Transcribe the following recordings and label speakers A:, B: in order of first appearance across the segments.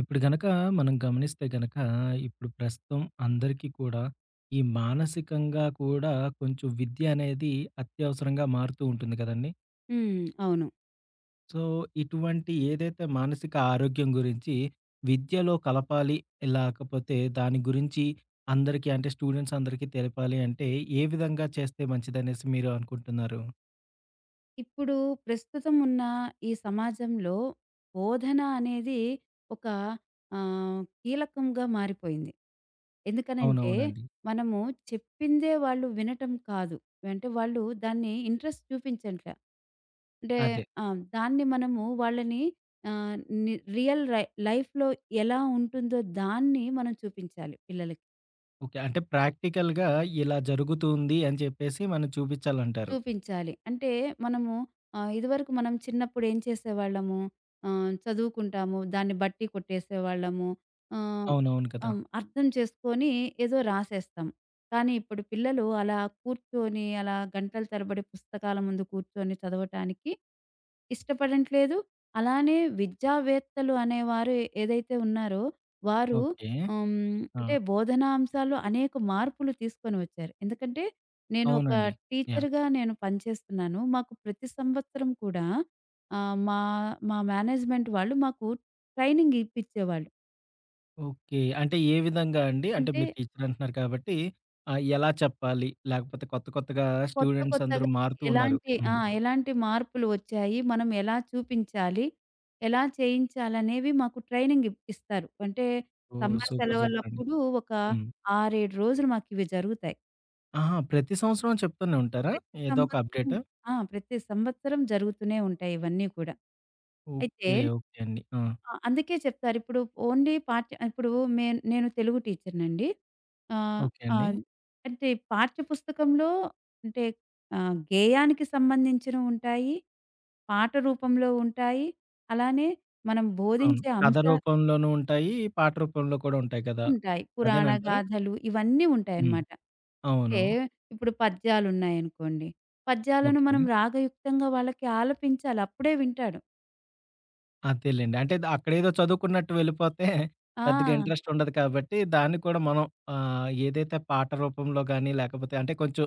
A: ఇప్పుడు గనక మనం గమనిస్తే గనక ఇప్పుడు ప్రస్తుతం అందరికీ కూడా ఈ మానసికంగా కూడా కొంచెం విద్య అనేది అత్యవసరంగా మారుతూ ఉంటుంది కదండి.
B: హ్మ్. అవును.
A: సో, ఇటువంటి ఏదైతే మానసిక ఆరోగ్యం గురించి విద్యలో కలపాలి, లేకపోతే దాని గురించి అందరికీ అంటే స్టూడెంట్స్ అందరికీ తెలపాలి అంటే ఏ విధంగా చేస్తే మంచిదనేసి మీరు అనుకుంటున్నారు?
B: ఇప్పుడు ప్రస్తుతం ఉన్న ఈ సమాజంలో బోధన అనేది ఒక కీలకంగా మారిపోయింది. ఎందుకనంటే,
A: అవునవునండి.
B: మనము చెప్పిందే వాళ్ళు వినటం కాదు. అంటే వాళ్ళు దాన్ని ఇంట్రెస్ట్ చూపించట్ల. అంటే
A: అదే.
B: ఆ! దాన్ని మనము వాళ్ళని ఆహ్, ని రియల్ రై లైఫ్‌లో ఎలా ఉంటుందో దాన్ని మనం చూపించాలి పిల్లలకి.
A: ఓకే. అంటే ప్రాక్టికల్‌గా ఇలా జరుగుతుంది అని చెప్పేసి మనం చూపించాలంటారు.
B: చూపించాలి. అంటే మనము ఇదివరకు మనం చిన్నప్పుడు ఏం చేసేవాళ్ళము చదువుకుంటాము. దాన్ని బట్టి కొట్టేసేవాళ్ళము. ఆహ్,
A: అవునవును కదా!
B: హ్మ్. అర్థం చేసుకొని ఏదో రాసేస్తాం. కానీ ఇప్పుడు పిల్లలు అలా కూర్చొని అలా గంటల తరబడి పుస్తకాల ముందు కూర్చొని చదవటానికి ఇష్టపడట్లేదు. అలానే విద్యావేత్తలు అనేవారు ఏదైతే ఉన్నారో వారు
A: ఓకే.
B: హ్మ్.
A: ఆ!
B: అంటే బోధనాంశాల్లో అనేక మార్పులు తీసుకొని వచ్చారు. ఎందుకంటే నేను ఒక
A: అవునండి. యాహ్!
B: టీచర్‌గా నేను పనిచేస్తున్నాను. మాకు ప్రతి సంవత్సరం కూడా మా మా మేనేజ్‌మెంట్ వాళ్ళు మాకు ట్రైనింగ్ ఇప్పించేవాళ్ళు.
A: ఓకే. అంటే ఏ విధంగా అండి? అంటే
B: అంటే
A: మీరు టీచర్ అంటున్నారు కాబట్టి ఎలా చెప్పాలి? లేకపోతే కొత్త కొత్తగా
B: కొత్త
A: స్టూడెంట్స్ అందరూ
B: కొత్తగా
A: మారుతూ ఉన్నారు.
B: ఎలాంటి ఆ!
A: హ్మ్.
B: ఎలాంటి మార్పులు వచ్చాయి, మనం ఎలా చూపించాలి, ఎలా చేయించాలనేవి మాకు ట్రైనింగ్ ఇస్తారు. అంటే
A: ఓహ్!
B: Summer
A: super. సూపర్ అండి.
B: సెలవులప్పుడు ఒక
A: హ్మ్.
B: 6, 7 రోజులు మాకివి జరుగుతాయి.
A: ఆహా! ప్రతి సంవత్సరం చెప్తూనే ఉంటారా?
B: ప్రతి
A: ఏదో ఒక
B: సంవత్సరం
A: అప్డేట్?
B: ఆ! ప్రతి సంవత్సరం జరుగుతూనే ఉంటాయి ఇవన్నీ కూడా. అయితే
A: ఓకే. ఓకే అండి. ఆ!
B: ఆ! అందుకే చెప్తారు. ఇప్పుడు ఓన్లీ పాఠ్య ఇప్పుడు మే నేను తెలుగు టీచర్‌నండి. ఆహ్,
A: ఓకే అండి.
B: ఆహ్, అంటే పాఠ్య పుస్తకంలో అంటే గేయానికి సంబంధించినవి ఉంటాయి. పాట రూపంలో ఉంటాయి. అలానే మనం
A: అవును.
B: బోధించే
A: కథ
B: అంశాలు
A: రూపంలోనూ ఉంటాయి. పాట రూపంలో కూడా ఉంటాయి కదా!
B: ఉంటాయి. పురాణ
A: అదేనంటారా?
B: గాథలు ఇవన్నీ
A: హ్మ్.
B: ఉంటాయన్నమాట.
A: అవును.
B: అంటే ఇప్పుడు పద్యాలున్నాయనుకోండి. పద్యాలను మనం
A: ఓకే.
B: రాగయుక్తంగా వాళ్ళకి ఆలపించాలి. అప్పుడే వింటాడు.
A: అంతేలెండి. అంటే అక్కడేదో చదువుకున్నట్టు వెళ్ళిపోతే
B: ఆ!
A: పెద్దగా ఇంట్రెస్ట్ ఉండదు కాబట్టి, దాన్ని కూడా మనం ఏదైతే పాట రూపంలో గాని, లేకపోతే అంటే కొంచెం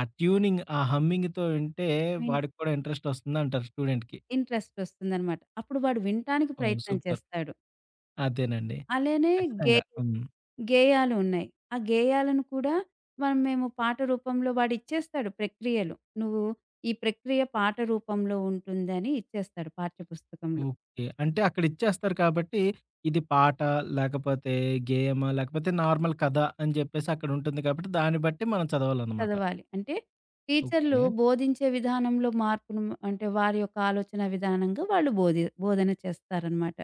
A: ఆ ట్యూనింగ్, ఆ హమ్మింగ్‌తో వింటే
B: విన్
A: వాడికి కూడా ఇంట్రెస్ట్ వస్తుందంటారు స్టూడెంట్‌కి.
B: ఇంట్రెస్ట్ వస్తుందన్నమాట. అప్పుడు వాడు వినటానికి
A: ఓహ్!
B: ప్రయత్నం
A: సూపర్.
B: చేస్తాడు.
A: అదేనండి.
B: అలానే గే
A: ఖచ్చితంగా. హ్మ్.
B: గేయాలు ఉన్నాయి. ఆ గేయాలను కూడా మనం మేము పాట రూపంలో వాడిచ్చేస్తాడు ప్రక్రియలు. నువ్వు ఈ ప్రక్రియ పాట రూపంలో ఉంటుందని ఇచ్చేస్తాడు పాఠ్యపుస్తకంలో.
A: ఓకే. అంటే అక్కడ ఇచ్చేస్తారు కాబట్టి, ఇది పాట, లేకపోతే గేమా, లేకపోతే నార్మల్ కథ అని చెప్పేసి అక్కడ ఉంటుంది కాబట్టి, దాన్ని బట్టి మనం చదవాలన్నమాట.
B: చదవాలి. అంటే టీచర్లు
A: ఓకే.
B: బోధించే విధానంలో మార్పును అంటే వారి యొక్క ఆలోచన విధానంగా వాళ్ళు బోధన చేస్తారనమాట.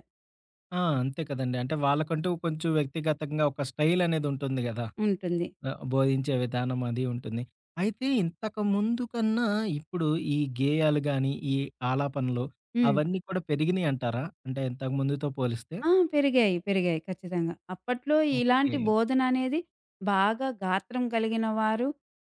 A: ఆ! అంతే కదండీ. అంటే వాళ్ళకంటూ కొంచెం వ్యక్తిగతంగా ఒక స్టైల్ అనేది ఉంటుంది గదా!
B: ఉంటుంది.
A: బోధించే విధానం అది ఉంటుంది. అయితే ఇంతకు ముందు కన్నా ఇప్పుడు ఈ గేయాలు గాని, ఈ ఆలాపనలు
B: హ్మ్.
A: అవన్నీ కూడా పెరిగినియి అంటారా? అంటే ఇంతకు ముందుతో పోలిస్తే?
B: ఆ! పెరిగాయి. పెరిగాయి. ఖచ్చితంగా. అప్పట్లో
A: ఓకే.
B: ఇలాంటి బోధన అనేది బాగా గాత్రం కలిగిన వారు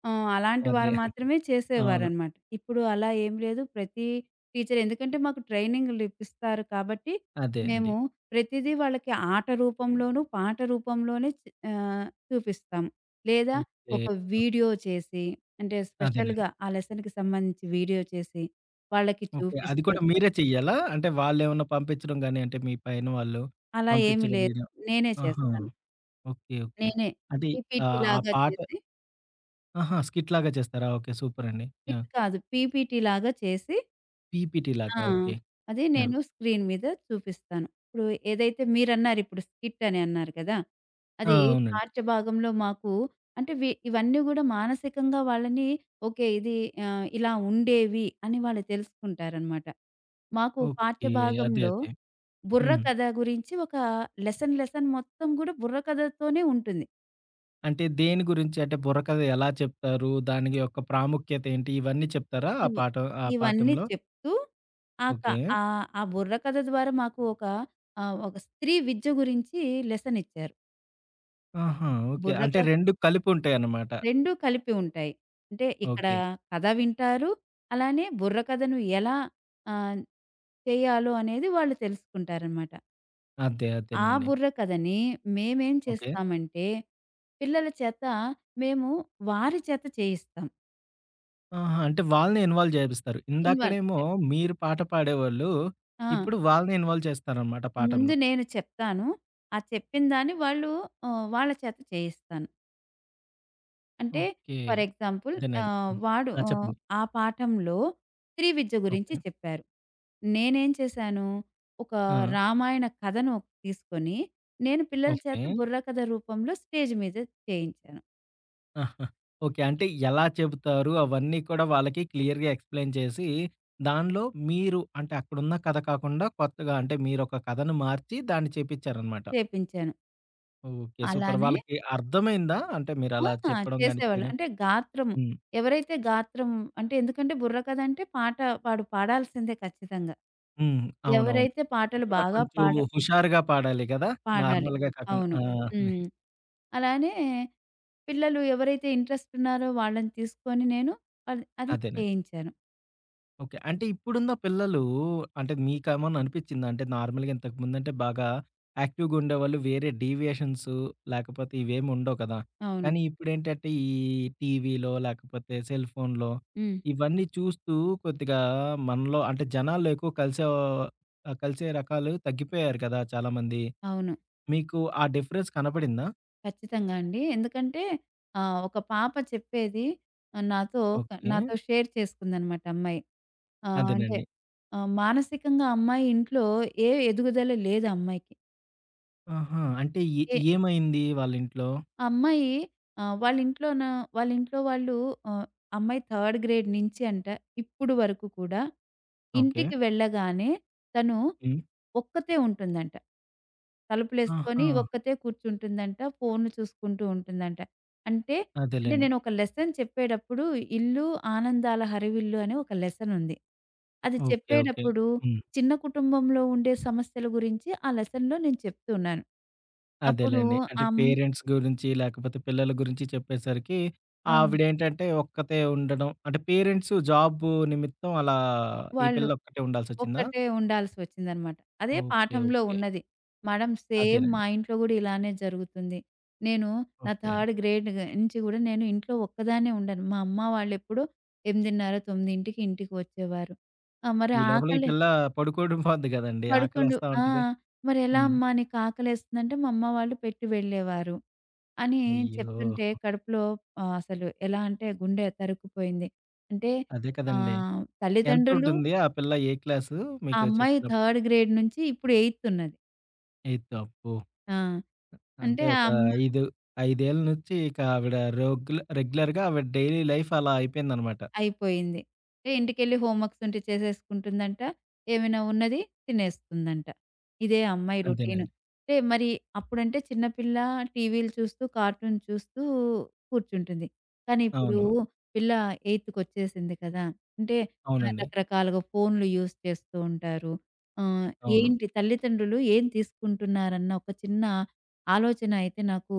B: అలాంటి
A: అదే.
B: వారు మాత్రమే
A: అవును.
B: చేసేవారనమాట. ఇప్పుడు అలా ఏం లేదు. ప్రతి టీచర్ ఎందుకంటే మాకు ట్రైనింగ్‌లు ఇప్పిస్తారు కాబట్టి,
A: అదే అండి.
B: మేము ప్రతిదీ వాళ్ళకి ఆట రూపంలోనూ, పాట రూపంలోనే చూపిస్తాం. లేదా
A: ఓకే.
B: ఒక వీడియో చేసి అంటే
A: అదేనండి.
B: స్పెషల్‌గా ఆ లెసన్‌కి సంబంధించి వీడియో చేసి వాళ్ళకి
A: ఓకే. అది
B: చూపిస్తూ
A: కూడా మీరే చెయ్యాలా? అంటే వాళ్ళేమన్నా పంపించడం గాని అంటే మీ పైన వాళ్ళు
B: అలా ఏమి
A: పంపించడం
B: లేదు.
A: వీడియో
B: నేనే
A: ఆహా!
B: చేస్తాను.
A: ఓకే. ఓకే.
B: నేనే.
A: అది ఆ
B: పీపీటీలాగా
A: పాట
B: చేసి
A: ఆహా! స్కిట్‌లాగా చేస్తారా? ఓకే. సూపర్ అండి. యాహ్!
B: ఇది కాదు. పీపీటీలాగా చేసి
A: పీపీటీ
B: ఆ!
A: లాగా. ఓకే.
B: అది
A: యాహ్!
B: నేను స్క్రీన్ మీద చూపిస్తాను. ఇప్పుడు ఏదైతే మీరన్నారు ఇప్పుడు స్కిట్ అని అన్నారు కదా!
A: ఆ!
B: అది
A: అవునండి.
B: పాఠ్య భాగంలో మాకు అంటే ఇవన్నీ గూడా మానసికంగా వాళ్ళని ఓకే. ఇది ఇలా ఉండేవి అని వాళ్ళు తెలుసుకుంటారనమాట. మాకు పాఠ్య
A: ఓకే. అదే.
B: భాగంలో
A: అదే.
B: బుర్ర
A: హ్మ్.
B: కథ గురించి ఒక లెసన్ లెసన్ మొత్తం గూడా బుర్ర కథతోనే ఉంటుంది.
A: అంటే దేని గురించి అంటే బుర్రకథ ఎలా చెప్తారు? దాని యొక్క ప్రాముఖ్యత ఏంటి? ఇవన్నీ చెప్తారా
B: ఇవ్
A: ఆ
B: ఇవన్నీ
A: పాఠంలో?
B: చెప్తూ ఆ క
A: ఓకే.
B: ఆ బుర్రకథ ద్వారా మాకు ఒక ఒక స్త్రీ విద్య గురించి లెసన్ ఇచ్చారు.
A: ఆహా! ఓకే. అంటే
B: బుర్రకథ
A: 2 కలిపి ఉంటాయన్నమాట.
B: 2 కలిపి ఉంటాయి. అంటే ఇక్కడ
A: ఓకే.
B: కథ వింటారు. అలానే బుర్రకథను ఎలా ఆహ్, చేయాలో అనేది వాళ్ళు తెలుసుకుంటారనమాట.
A: అదే.
B: ఆ
A: అదేనండి.
B: బుర్రకథని మేమేం
A: ఓకే.
B: చేస్తామంటే, పిల్లల చేత మేము వారి చేత చేయిస్తాం.
A: ఆహా! అంటే వాళ్ళని ఇన్వాల్వ్ చేపిస్తారు.
B: ఇన్వాల్వ్.
A: ఇందాకడేమో మీరు పాట పాడేవాళ్ళు,
B: ఆ!
A: ఇప్పుడు వాళ్ళని ఇన్వాల్వ్ చేస్తారన్నమాట
B: ముందు
A: పాఠంలో.
B: నేను చెప్తాను. ఆ చెప్పిన దాన్ని వాళ్ళు వాళ్ళ చేత చేయిస్తాను. అంటే
A: ఓకే.
B: ఫర్ ఎగ్జాంపుల్
A: అదేనండి. హ్మ్.
B: వాడు
A: ఆ! చెప్పండి.
B: ఆ పాఠంలో త్రివిద్య గురించి
A: ఓకే.
B: చెప్పారు. నేనేం చేశాను, ఒక
A: ఆ!
B: రామాయణ కథను తీసుకొని నేను పిల్లల చేత
A: ఓకే.
B: బుర్రకథ రూపంలో స్టేజ్ మీద చేయించాను.
A: ఆహా! ఓకే. అంటే ఎలా చెబుతారు అవన్నీ కూడా వాళ్ళకి క్లియర్‌గా ఎక్స్‌ప్లెయిన్ చేసి, దానిలో మీరు అంటే అక్కడున్న కథ కాకుండా కొత్తగా అంటే మీరొక కథను మార్చి దాన్ని చేపిచ్చారనమాట.
B: చేపించాను.
A: ఓకే. సూపర్.
B: అలానే
A: వాళ్ళకి అర్థమైందా? అంటే మీరలా
B: ఆ!
A: చెప్పడం గాని
B: చేసేవాళ్ళు.
A: చేయడం?
B: అంటే గాత్రము.
A: హ్మ్.
B: ఎవరైతే గాత్రం అంటే ఎందుకంటే బుర్రకథ అంటే పాట వాడు పాడాల్సిందే ఖచ్చితంగా.
A: హ్మ్. అవునవును.
B: ఎవరైతే
A: అది
B: పాటలు
A: కూడా
B: బాగా
A: కొంచెం
B: పాడ
A: హుషారుగా పాడాలి కదా!
B: పాడాలి.
A: నార్మల్‌గా కాకుండా.
B: అవును.
A: ఆ!
B: హ్మ్. అలానే పిల్లలు ఎవరైతే ఇంట్రెస్ట్ ఉన్నారో వాళ్ళని తీసుకొని నేను అది అది
A: అదేనండి.
B: చేయించాను.
A: ఓకే. అంటే ఇప్పుడున్న పిల్లలు అంటే మీకేమన్నా అనిపిచ్చిందా? అంటే నార్మల్‌గా ఇంతకుముందంటే బాగా యాక్టివ్‌గుండేవాళ్ళు. వేరే డీవియేషన్స్ లేకపోతే ఇవేమి ఉండవు కదా!
B: అవును.
A: కానీ ఇప్పుడేంటంటే ఈ టీవీలో లేకపోతే సెల్ ఫోన్‌లో
B: హ్మ్.
A: ఇవన్నీ చూస్తూ కొద్దిగా మనలో అంటే జనాల్లో ఎక్కువ కలిసే కలిసే రకాలు తగ్గిపోయారు కదా చాలామంది.
B: అవును.
A: మీకు ఆ డిఫరెన్స్ కనపడిందా?
B: ఖచ్చితంగా అండి. ఎందుకంటే ఒక పాప చెప్పేది నాతో
A: ఓకే.
B: నాతో షేర్ చేసుకుందనమాట అమ్మాయి. ఆ! అంటే
A: అదేనండి.
B: మానసికంగా అమ్మాయి ఇంట్లో ఏ ఎదుగుదల లేదు ఆ అమ్మాయికి.
A: ఆహా! అంటే
B: ఏ
A: ఏమైంది వాళ్ళ ఇంట్లో?
B: ఆ అమ్మాయి ఆహ్, వాళ్ళింట్లోన వాళ్ళింట్లో వాళ్ళు ఆహ్, అమ్మాయి థర్డ్ గ్రేడ్ నుంచి ఇప్పుడు వరకు కూడా
A: ఓకే.
B: ఇంటికి వెళ్ళగానే తను
A: హ్మ్.
B: ఒక్కతే ఉంటుందంట. తలుపులేసుకొని
A: ఆహా!
B: ఒక్కతే కూర్చుంటుందంట. ఫోన్‌లు చూసుకుంటూ ఉంటుందంట. అంటే, అంటే
A: అదేలెండి.
B: నేనొక లెసన్ చెప్పేటప్పుడు 'ఇల్లు ఆనందాల హరివిల్లు' అని ఒక లెసన్ ఉంది. అది
A: ఓకే. ఓకే.
B: చెప్పేటప్పుడు
A: హ్మ్.
B: చిన్న కుటుంబంలో ఉండే సమస్యల గురించి ఆ లెసన్‌లో నేను చెప్తున్నాను. అప్పుడు
A: అదేలెండి. అంటే
B: ఆ అమ్
A: పేరెంట్స్ గురించి లేకపోతే పిల్లల గురించి చెప్పేసరికి
B: ఆ!
A: ఆవిడేంటంటే ఒక్కతే ఉండడం అంటే పేరెంట్స్ జాబు నిమిత్తం అలా ఈ
B: వాళ్ళు
A: పిల్ల ఒక్కటే ఉండాల్సొచ్చిందా?
B: ఒక్కటే ఉండాల్సి వచ్చిందనమాట. అదే
A: ఓకే.
B: పాఠంలో
A: ఓకే.
B: ఉన్నది. మేడం సేమ్ మా
A: అదేనండి.
B: ఇంట్లో గూడా ఇలానే జరుగుతుంది. నేను నా
A: ఓకే.
B: థర్డ్ గ్రేడ్ నుంచి గూడా నేను ఇంట్లో ఒక్కదాన్నే ఉండను. మా అమ్మ వాళ్ళెప్పుడూ 8:30, 9కి ఇంటికి వచ్చేవారు. ఆ! మరి
A: ఈ లోపల ఈ
B: ఆకలి
A: పిల్ల పడుకోవడం పోద్ది గదండీ!
B: పడుకుండు
A: ఆకలేస్తా
B: ఆ!
A: ఉంటది.
B: "మరి ఎలా
A: హ్మ్.
B: అమ్మా నీకు ఆకలేస్తుందంటే" మా అమ్మ వాళ్ళు పెట్టి వెళ్ళేవారు. అని
A: అయ్యో!
B: చెప్తుంటే కడుపులో అసలు ఎలా అంటే గుండె తరుక్కుపోయింది. అంటే
A: అదే కదండీ!
B: తల్లిదండ్రులు
A: ఎంతుంటుంది ఆ పిల్ల ఏ క్లాసు
B: ఆ
A: మీకు
B: అమ్మాయి
A: చెప్పినప్పుడు?
B: థర్డ్ గ్రేడ్ నుంచి ఇప్పుడు ఎయిత్ ఉన్నది.
A: ఎయిత్. అబ్బో!
B: ఆ!
A: అంటే
B: అంటే ఆ అమ్
A: 5, 5 ఏళ్ల నుంచి ఇక ఆవిడ రెగ్యులర్‌గా ఆవిడ డైలీ లైఫ్ అలా అయిపోయిందనమాట.
B: అయిపోయింది. అంటే ఇంటికెళ్ళి హోమ్ వర్క్స్ ఉంటే చేసేసుకుంటుందంట. ఏమైనా ఉన్నది తినేస్తుందంట. ఇదే అమ్మాయి రొటీను.
A: అంతేనండి.
B: అంటే మరి అప్పుడంటే చిన్నపిల్ల టీవీలు చూస్తూ, కార్టూన్ చూస్తూ కూర్చుంటుంది. కానీ ఇప్పుడు
A: అవును.
B: పిల్ల ఎయిత్‌కొచ్చేసింది కదా! అంటే
A: అవునండి.
B: రకరకాలుగా ఫోన్‌లు యూజ్ చేస్తూ ఉంటారు. ఆహ్,
A: అవును.
B: ఏంటి తల్లిదండ్రులు ఏం తీసుకుంటున్నారన్న ఒక చిన్న ఆలోచన అయితే నాకు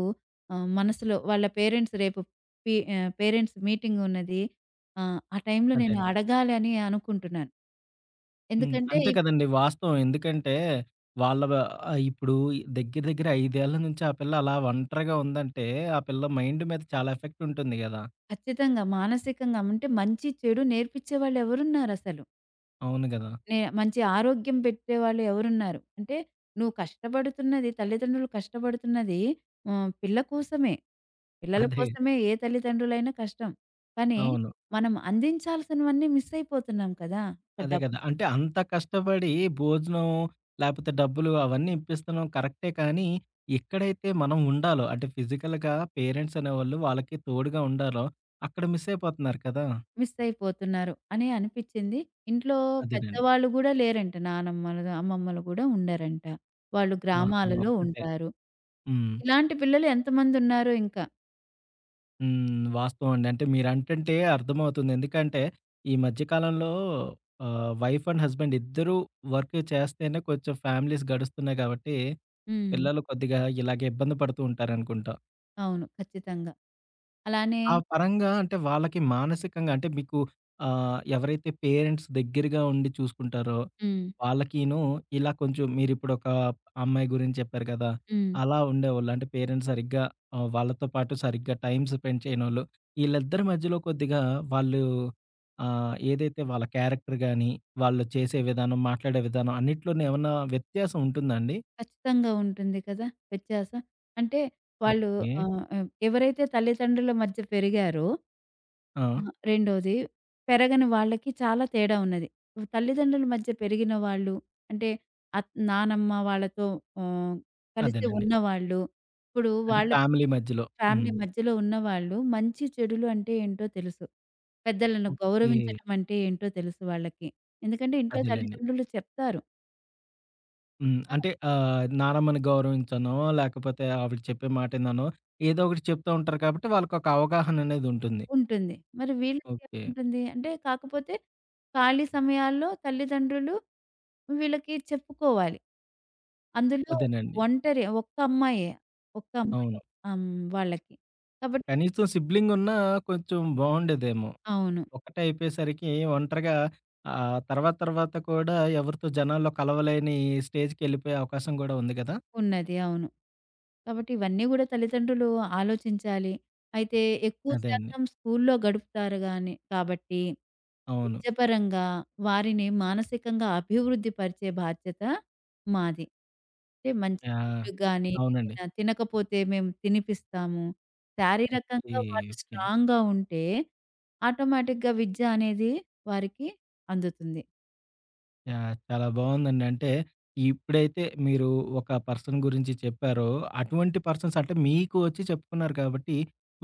B: మనసులో వాళ్ళ పేరెంట్స్ రేపు పేరెంట్స్ మీటింగ్ ఉన్నది. ఆ! ఆ టైంలో
A: అదే
B: నేను
A: అండి.
B: అడగాలి అని అనుకుంటున్నాను.
A: హ్మ్.
B: ఎందుకంటే
A: అంతే కదండీ వాస్తవం. ఎందుకంటే వాళ్ళ వ ఇప్పుడు దగ్గర దగ్గర 5 ఏళ్ల నుంచి ఆ పిల్ల అలా ఒంటరిగా ఉందంటే, ఆ పిల్ల మైండ్ మీద చాలా ఎఫెక్ట్ ఉంటుంది గదా!
B: ఖచ్చితంగా మానసికంగా అంటే మంచి, చెడు నేర్పించేవాళ్ళు ఎవరున్నారసలు?
A: అవును గదా!
B: మంచి ఆరోగ్యం పెట్టేవాళ్ళు ఎవరున్నారు? అంటే నువ్వు కష్టపడుతున్నది తల్లిదండ్రులు కష్టపడుతున్నది పిల్ల కోసమే. పిల్లల
A: అదే.
B: కోసమే ఏ తల్లిదండ్రులైనా కష్టం. కానీ
A: అవును.
B: మనం అందించాల్సినవన్నీ మిస్ అయిపోతున్నాం కదా! ఒక
A: అదే
B: డబ్
A: కదా! అంటే అంత కష్టపడి భోజనం, లేపోతే డబ్బులు అవన్నీ ఇప్పిస్తున్నాం కరెక్టే కానీ, ఎక్కడైతే మనం ఉండాలో అంటే ఫిజికల్‌గా పేరెంట్స్ అనేవాళ్ళు వాళ్ళకి తోడుగా ఉండాలో, అక్కడ మిస్ అయిపోతున్నారు కదా!
B: మిస్ అయిపోతున్నారు అని అనిపిచ్చింది. ఇంట్లో
A: అదేనండి.
B: పెద్దవాళ్ళు గూడా లేరంట. నానమ్మలు, అమ్మమ్మలు గూడా ఉండరంట. వాళ్ళు
A: ఆహా!
B: గ్రామాలలో ఓకే.
A: ఒక్కతే.
B: ఉంటారు.
A: హ్మ్.
B: ఇలాంటి పిల్లలు ఎంతమందున్నారో ఇంకా.
A: హ్మ్. వాస్తవం అండి. అంటే మీరంటుంటే అర్థమవుతుంది. ఎందుకంటే ఈ మధ్య కాలంలో వైఫ్ అండ్ హస్బెండ్ ఇద్దరూ వర్క్ చేస్తేనే కొంచెం ఫ్యామిలీస్ గడుస్తున్నాయి కాబట్టి,
B: హ్మ్.
A: పిల్లలు కొద్దిగా ఇలాగే ఇబ్బంది పడుతూ ఉంటారనుకుంటా.
B: అవును. ఖచ్చితంగా. అలానే
A: ఆ పరంగా అంటే వాళ్ళకి మానసికంగా అంటే మీకు ఎవరైతే పేరెంట్స్ దగ్గరగా ఉండి చూసుకుంటారో
B: హ్మ్.
A: వాళ్ళకిను ఇలా కొంచెం మీరిప్పుడొక అమ్మాయి గురించి చెప్పారు కదా!
B: హ్మ్.
A: అలా ఉండేవాళ్ళు. అంటే పేరెంట్స్ సరిగ్గా వాళ్ళతో పాటు సరిగ్గా టైమ్ స్పెండ్ చేయనోళ్ళు. ఈళ్ళిద్దరి మధ్యలో కొద్దిగా వాళ్ళు ఏదైతే వాళ్ళ క్యారెక్టర్ గాని, వాళ్ళు చేసే విధానం, మాట్లాడే విధానం అన్నిట్లోనే ఏమన్నా వ్యత్యాసం ఉంటుందా అండి?
B: ఖచ్చితంగా ఉంటుంది కదా! వ్యత్యాసం. అంటే వాళ్ళు
A: ఓకే.
B: ఆహ్, ఆహ్, ఎవరైతే తల్లిదండ్రుల మధ్య పెరిగారో
A: ఆ!
B: ఆ! రెండోది పెరగని వాళ్ళకి చాలా తేడా ఉన్నది. తల్లిదండ్రుల మధ్య పెరిగిన వాళ్ళు అంటే నానమ్మ వాళ్ళతో ఆహ్, కలిసి
A: అదేనండి.
B: ఉన్నవాళ్ళు, ఇప్పుడు
A: అంటే
B: వాళ్ళ
A: ఫ్యామిలీ మధ్యలో. హ్మ్.
B: ఫ్యామిలీ మధ్యలో ఉన్నవాళ్ళు మంచి చెడులు అంటే ఏంటో తెలుసు. పెద్దలను
A: ఓకే.
B: గౌరవించటం అంటే ఏంటో తెలుసు వాళ్ళకి. ఎందుకంటే ఇంట్లో
A: అదేలెండి.
B: తల్లిదండ్రులు చెప్తారు.
A: హ్మ్.
B: ఆ!
A: అంటే నానమ్మని గౌరవించనో, లేకపోతే ఆవిడ చెప్పే మాటిననో, ఏదో ఒకటి చెప్తా ఉంటారు కాబట్టి వాళ్ళకొక అవగాహననేదుంటుంది.
B: ఉంటుంది. మరి
A: ఓకే.
B: వీళ్ళకేముంటుంది అంటే కాకపోతే ఖాళీ సమయాల్లో తల్లిదండ్రులు వీళ్ళకి చెప్పుకోవాలి. అందులో
A: అదేనండి.
B: ఒక్క అమ్మాయే. ఒక్క
A: అవును.
B: అమ్మాయే. హ్మ్. వాళ్ళకి. కాబట్టి
A: కనీసం సిబ్లింగున్నా కొంచెం బావుండేదేమో.
B: అవును.
A: ఒకటే అయిపోయేసరికి ఒంటరిగా తర్వాత తర్వాత కూడా ఎవరితో జనాల్లో కలవలేని స్టేజ్‌కెళ్ళిపోయే అవకాశం గూడా ఉంది గదా!
B: ఉన్నది. అవును. కాబట్టి ఇవన్నీ గూడా తల్లిదండ్రులు ఆలోచించాలి. అయితే ఎక్కువ
A: అదే అండి.
B: శాతం స్కూల్లో గడుపుతారు గాని కాబట్టి
A: అవును.
B: విద్యపరంగా వారిని మానసికంగా అభివృద్ధి పరిచే బాధ్యత మాది. అంటే మంచి
A: యాహ్!
B: ఫుడ్ గాని,
A: అవునండి.
B: ఏదైనా తినకపోతే మేము తినిపిస్తాము.
A: ఓకే.
B: శారీరకంగా వాళ్ళు
A: ఓకే.
B: స్ట్రాంగ్‌గా ఉంటే ఆటోమేటిక్‌గా విద్య అనేది వారికి అందుతుంది.
A: యాహ్! చాలా బావుందండి. అంటే ఇప్పుడైతే మీరు ఒక పర్సన్ గురించి చెప్పారో, అటువంటి పర్సన్స్ అంటే మీకు వచ్చి చెప్పుకున్నారు కాబట్టి,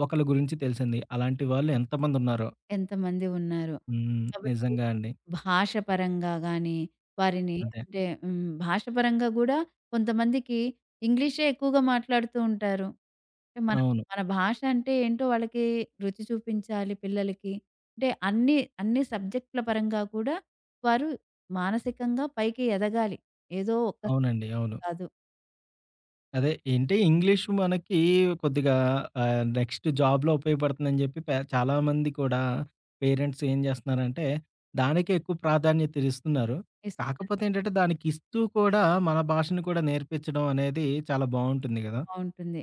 A: ఒకళ్ళ గురించి తెలిసింది. అలాంటి వాళ్ళు ఎంతమందున్నారో.
B: ఎంతమంది ఉన్నారో.
A: హ్మ్.
B: కాబట్టి
A: నిజంగా అండి.
B: భాష పరంగా గానీ, వారిని
A: అదే.
B: అంటే హ్మ్, భాష పరంగా గూడా కొంతమందికి ఇంగ్లీషే ఎక్కువగా మాట్లాడుతూ ఉంటారు. అంటే మన
A: అవును.
B: మన భాష అంటే ఏంటో వాళ్ళకి రుచి చూపించాలి పిల్లలకి. అంటే అన్ని సబ్జెక్ట్‌ల పరంగా కూడా వారు మానసికంగా పైకి ఎదగాలి. ఏదో ఒక్కసారి
A: అవునండి. అవును.
B: కాదు.
A: అదే ఏంటి ఇంగ్లీష్ మనకి కొద్దిగా నెక్స్ట్ జాబ్‌లో ఉపయోగపడుతుందని జెప్పి చాలామంది కూడా పేరెంట్స్ ఏం జేస్తున్నారంటే, దానికే ఎక్కువ ప్రాధాన్యత ఇస్తున్నారు.
B: ఇస్తున్నారు.
A: కాకపోతే ఏంటంటే, దానికిస్తూ కూడా మన భాషను కూడా నేర్పించడం అనేది చాలా బావుంటుంది గదా!
B: బావుంటుంది.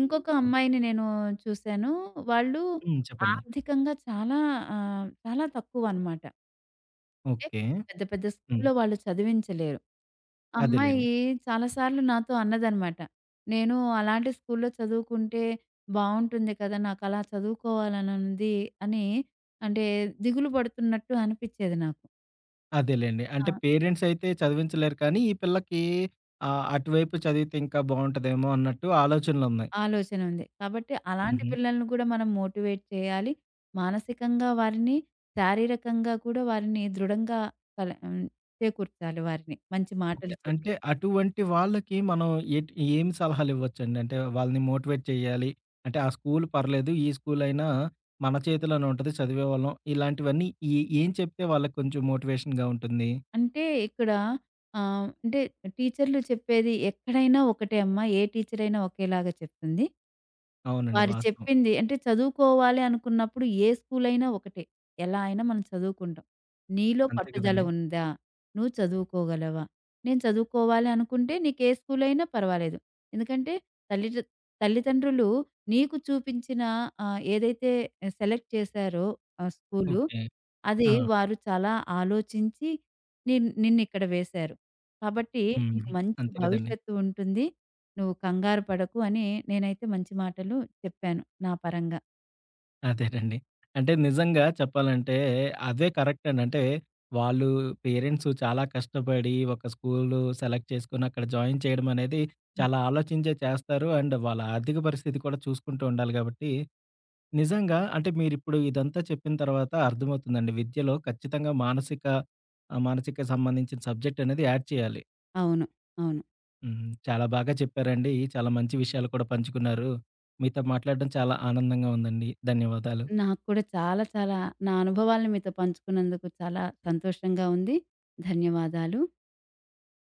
B: ఇంకొక అమ్మాయిని నేను చూసాను. వాళ్ళు
A: హ్మ్. చెప్పండి.
B: ఆర్థికంగా చాలా చాలా తక్కువనమాట. అంటే
A: ఓకే.
B: పెద్ద పెద్ద
A: హ్మ్.
B: స్కూల్‌లో వాళ్ళు చదివించలేరు.
A: అదేలెండి.
B: అమ్మాయి చాలా సార్లు నాతో అన్నదనమాట. నేను అలాంటి స్కూల్‌లో చదువుకుంటే బావుంటుంది కదా! నాకలా చదువుకోవాలనుంది అని అంటే దిగులు పడుతున్నట్టు అనిపిచ్చేది నాకు.
A: అదేలెండి.
B: ఆ!
A: అంటే పేరెంట్స్ అయితే చదివించలేరు కానీ, ఈ పిల్లకి అటువైపు చదివితే ఇంకా బావుంటదేమో అన్నట్టు ఆలోచనలున్నాయి.
B: ఆలోచన ఉంది. కాబట్టి అలాంటి
A: హుహు.
B: పిల్లల్ని కూడా మనం మోటివేట్ చేయాలి. మానసికంగా వారిని, శారీరకంగా కూడా వారిని దృఢంగా కల హ్మ్. చేకూర్చాలి వారిని మంచి
A: ఓకే.
B: మాటలు చెప్పి.
A: అంటే అటువంటి వాళ్ళకి మనం ఏం సలహాలివ్వచ్చండి? అంటే వాళ్ళని మోటివేట్ చేయాలి. అంటే ఆ స్కూల్ పర్లేదు. ఈ స్కూలయినా మన చేతిలోనే ఉంటది. చదివేవాళ్ళం. ఇలాంటివన్నీ ఏం చెప్తే వాళ్ళకి కొంచెం మోటివేషన్‌గా ఉంటుంది?
B: అంటే ఇక్కడ అంటే టీచర్లు చెప్పేది ఎక్కడైనా ఒకటే అమ్మా. ఏ టీచర్ అయినా ఒకేలాగా చెప్తుంది.
A: అవునండి.
B: వారు
A: వాస్తవం.
B: చెప్పింది అంటే చదువుకోవాలి అనుకున్నప్పుడు ఏ స్కూలైనా ఒకటే. ఎలా అయినా మనం చదువుకుంటాం. నీలో
A: అంతే
B: పట్టుదల
A: కదండీ.
B: ఉందా? నువ్వు చదువుకోగలవా? నేను చదువుకోవాలి అనుకుంటే నీకే స్కూలైనా పర్వాలేదు. ఎందుకంటే తల్లిద తల్లిదండ్రులు నీకు చూపించిన ఏదైతే సెలెక్ట్ చేశారో ఆ స్కూలు,
A: ఓకే.
B: అది
A: ఆ!
B: వారు చాలా ఆలోచించి నిన్నిక్కడ వేశారు. కాబట్టి
A: హ్మ్.
B: నీకు మంచి
A: అంతే కదండీ.
B: భవిష్యత్తు ఉంటుంది. నువ్వు కంగారు పడకు అని నేనైతే మంచి మాటలు చెప్పాను నా పరంగా.
A: అదేనండి. అంటే నిజంగా చెప్పాలంటే అదే కరెక్ట్ అండి. అంటే వాళ్ళు పేరెంట్స్ చాలా కష్టపడి ఒక స్కూలు సెలెక్ట్ చేసుకొని అక్కడ జాయిన్ చేయడం అనేది
B: హ్మ్.
A: చాలా ఆలోచించే చేస్తారు. అండ్ వాళ్ళ ఆర్థిక పరిస్థితి కూడా చూసుకుంటూ ఉండాలి కాబట్టి నిజంగా అంటే మీరిప్పుడు ఇదంతా చెప్పిన తర్వాత అర్థమవుతుందండి. విద్యలో ఖచ్చితంగా మానసిక మానసిక సంబంధించిన సబ్జెక్ట్ అనేది యాడ్ చేయాలి.
B: అవును. అవును.
A: హ్మ్. చాలా బాగా చెప్పారండి. చాలా మంచి విషయాలు కూడా పంచుకున్నారు. మీతో మాట్లాడడం చాలా ఆనందంగా ఉందండి. ధన్యవాదాలు.
B: నాకు కూడా చాలా చాలా నా అనుభవాలను మీతో పంచుకున్నందుకు చాలా సంతోషంగా ఉంది. ధన్యవాదాలు.